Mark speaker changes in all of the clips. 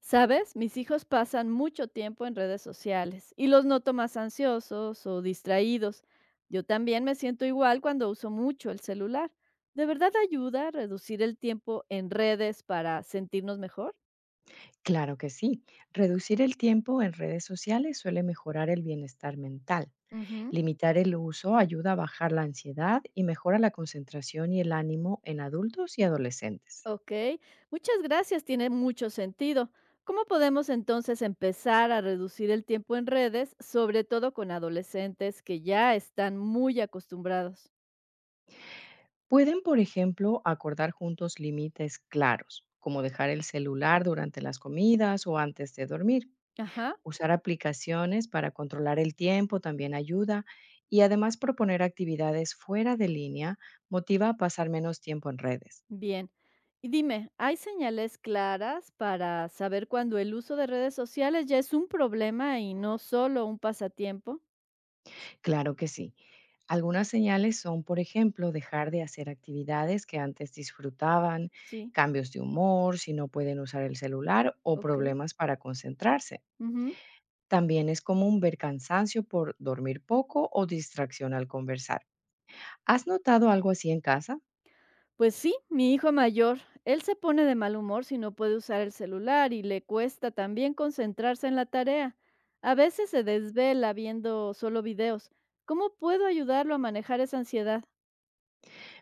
Speaker 1: ¿Sabes? Mis hijos pasan mucho tiempo en redes sociales y los noto más ansiosos o distraídos. Yo también me siento igual cuando uso mucho el celular. ¿De verdad ayuda a reducir el tiempo en redes para sentirnos mejor?
Speaker 2: Claro que sí. Reducir el tiempo en redes sociales suele mejorar el bienestar mental.
Speaker 1: Ujú.
Speaker 2: Limitar el uso ayuda a bajar la ansiedad y mejora la concentración y el ánimo en adultos y adolescentes.
Speaker 1: Ok, muchas gracias, tiene mucho sentido. ¿Cómo podemos entonces empezar a reducir el tiempo en redes, sobre todo con adolescentes que ya están muy acostumbrados?
Speaker 2: Pueden, por ejemplo, acordar juntos límites claros, como dejar el celular durante las comidas o antes de dormir.
Speaker 1: Ajá.
Speaker 2: Usar aplicaciones para controlar el tiempo también ayuda y además proponer actividades fuera de línea motiva a pasar menos tiempo en redes.
Speaker 1: Bien. Y dime, ¿hay señales claras para saber cuando el uso de redes sociales ya es un problema y no solo un pasatiempo?
Speaker 2: Claro que sí. Algunas señales son, por ejemplo, dejar de hacer actividades que antes disfrutaban,
Speaker 1: Sí,
Speaker 2: cambios de humor, si no pueden usar el celular o
Speaker 1: ok.
Speaker 2: problemas para concentrarse.
Speaker 1: Ujú.
Speaker 2: También es común ver cansancio por dormir poco o distracción al conversar. ¿Has notado algo así en casa?
Speaker 1: Pues sí, mi hijo mayor, él se pone de mal humor si no puede usar el celular y le cuesta también concentrarse en la tarea. A veces se desvela viendo solo videos. ¿Cómo puedo ayudarlo a manejar esa ansiedad?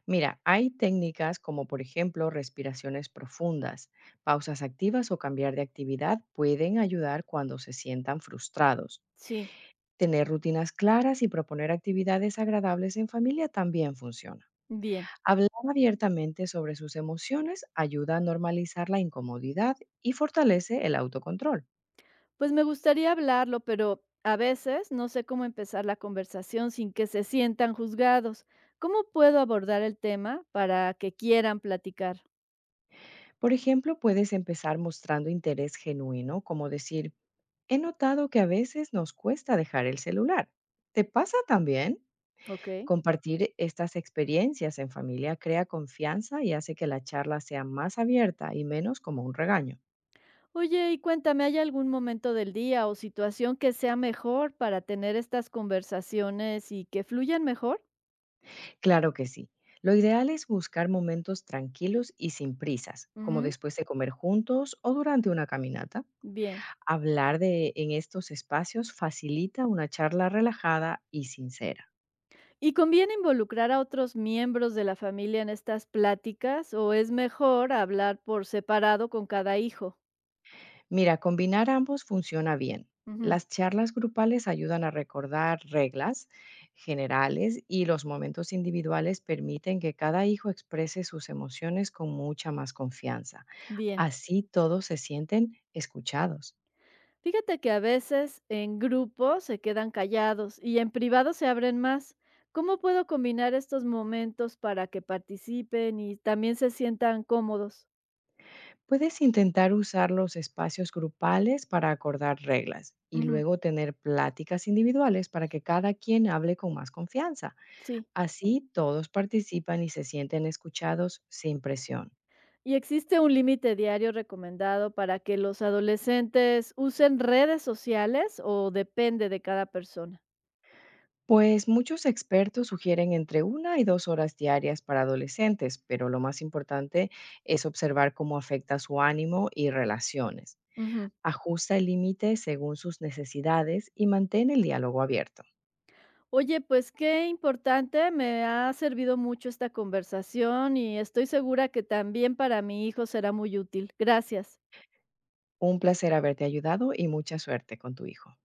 Speaker 2: Mira, hay técnicas como por ejemplo respiraciones profundas, pausas activas o cambiar de actividad pueden ayudar cuando se sientan frustrados.
Speaker 1: Sí,
Speaker 2: Tener rutinas claras y proponer actividades agradables en familia también funciona.
Speaker 1: bien.
Speaker 2: Hablar abiertamente sobre sus emociones ayuda a normalizar la incomodidad y fortalece el autocontrol.
Speaker 1: Pues me gustaría hablarlo, pero a veces no sé cómo empezar la conversación sin que se sientan juzgados. ¿Cómo puedo abordar el tema para que quieran platicar?
Speaker 2: Por ejemplo, puedes empezar mostrando interés genuino, como decir, he notado que a veces nos cuesta dejar el celular. ¿Te pasa también?
Speaker 1: ¿Ok?
Speaker 2: Compartir estas experiencias en familia crea confianza y hace que la charla sea más abierta y menos como un regaño.
Speaker 1: Oye, y cuéntame, ¿hay algún momento del día o situación que sea mejor para tener estas conversaciones y que fluyan mejor?
Speaker 2: Claro que sí. Lo ideal es buscar momentos tranquilos y sin prisas, como
Speaker 1: Ujú,
Speaker 2: después de comer juntos o durante una caminata.
Speaker 1: bien.
Speaker 2: Hablar de en estos espacios facilita una charla relajada y sincera.
Speaker 1: ¿Y conviene involucrar a otros miembros de la familia en estas pláticas o es mejor hablar por separado con cada hijo?
Speaker 2: Mira, combinar ambos funciona bien.
Speaker 1: Ujú,
Speaker 2: Las charlas grupales ayudan a recordar reglas generales y los momentos individuales permiten que cada hijo exprese sus emociones con mucha más confianza.
Speaker 1: bien.
Speaker 2: Así todos se sienten escuchados.
Speaker 1: Fíjate que a veces en grupo se quedan callados y en privado se abren más. ¿Cómo puedo combinar estos momentos para que participen y también se sientan cómodos?
Speaker 2: Puedes intentar usar los espacios grupales para acordar reglas y
Speaker 1: Ujú,
Speaker 2: luego tener pláticas individuales para que cada quien hable con más confianza.
Speaker 1: sí.
Speaker 2: Así todos participan y se sienten escuchados sin presión.
Speaker 1: ¿Y existe un límite diario recomendado para que los adolescentes usen redes sociales o depende de cada persona?
Speaker 2: Pues muchos expertos sugieren entre 1 y 2 horas diarias para adolescentes, pero lo más importante es observar cómo afecta su ánimo y relaciones.
Speaker 1: Ujú.
Speaker 2: Ajusta el límite según sus necesidades y mantén el diálogo abierto.
Speaker 1: Oye, pues qué importante, me ha servido mucho esta conversación y estoy segura que también para mi hijo será muy útil. Gracias.
Speaker 2: Un placer haberte ayudado y mucha suerte con tu hijo.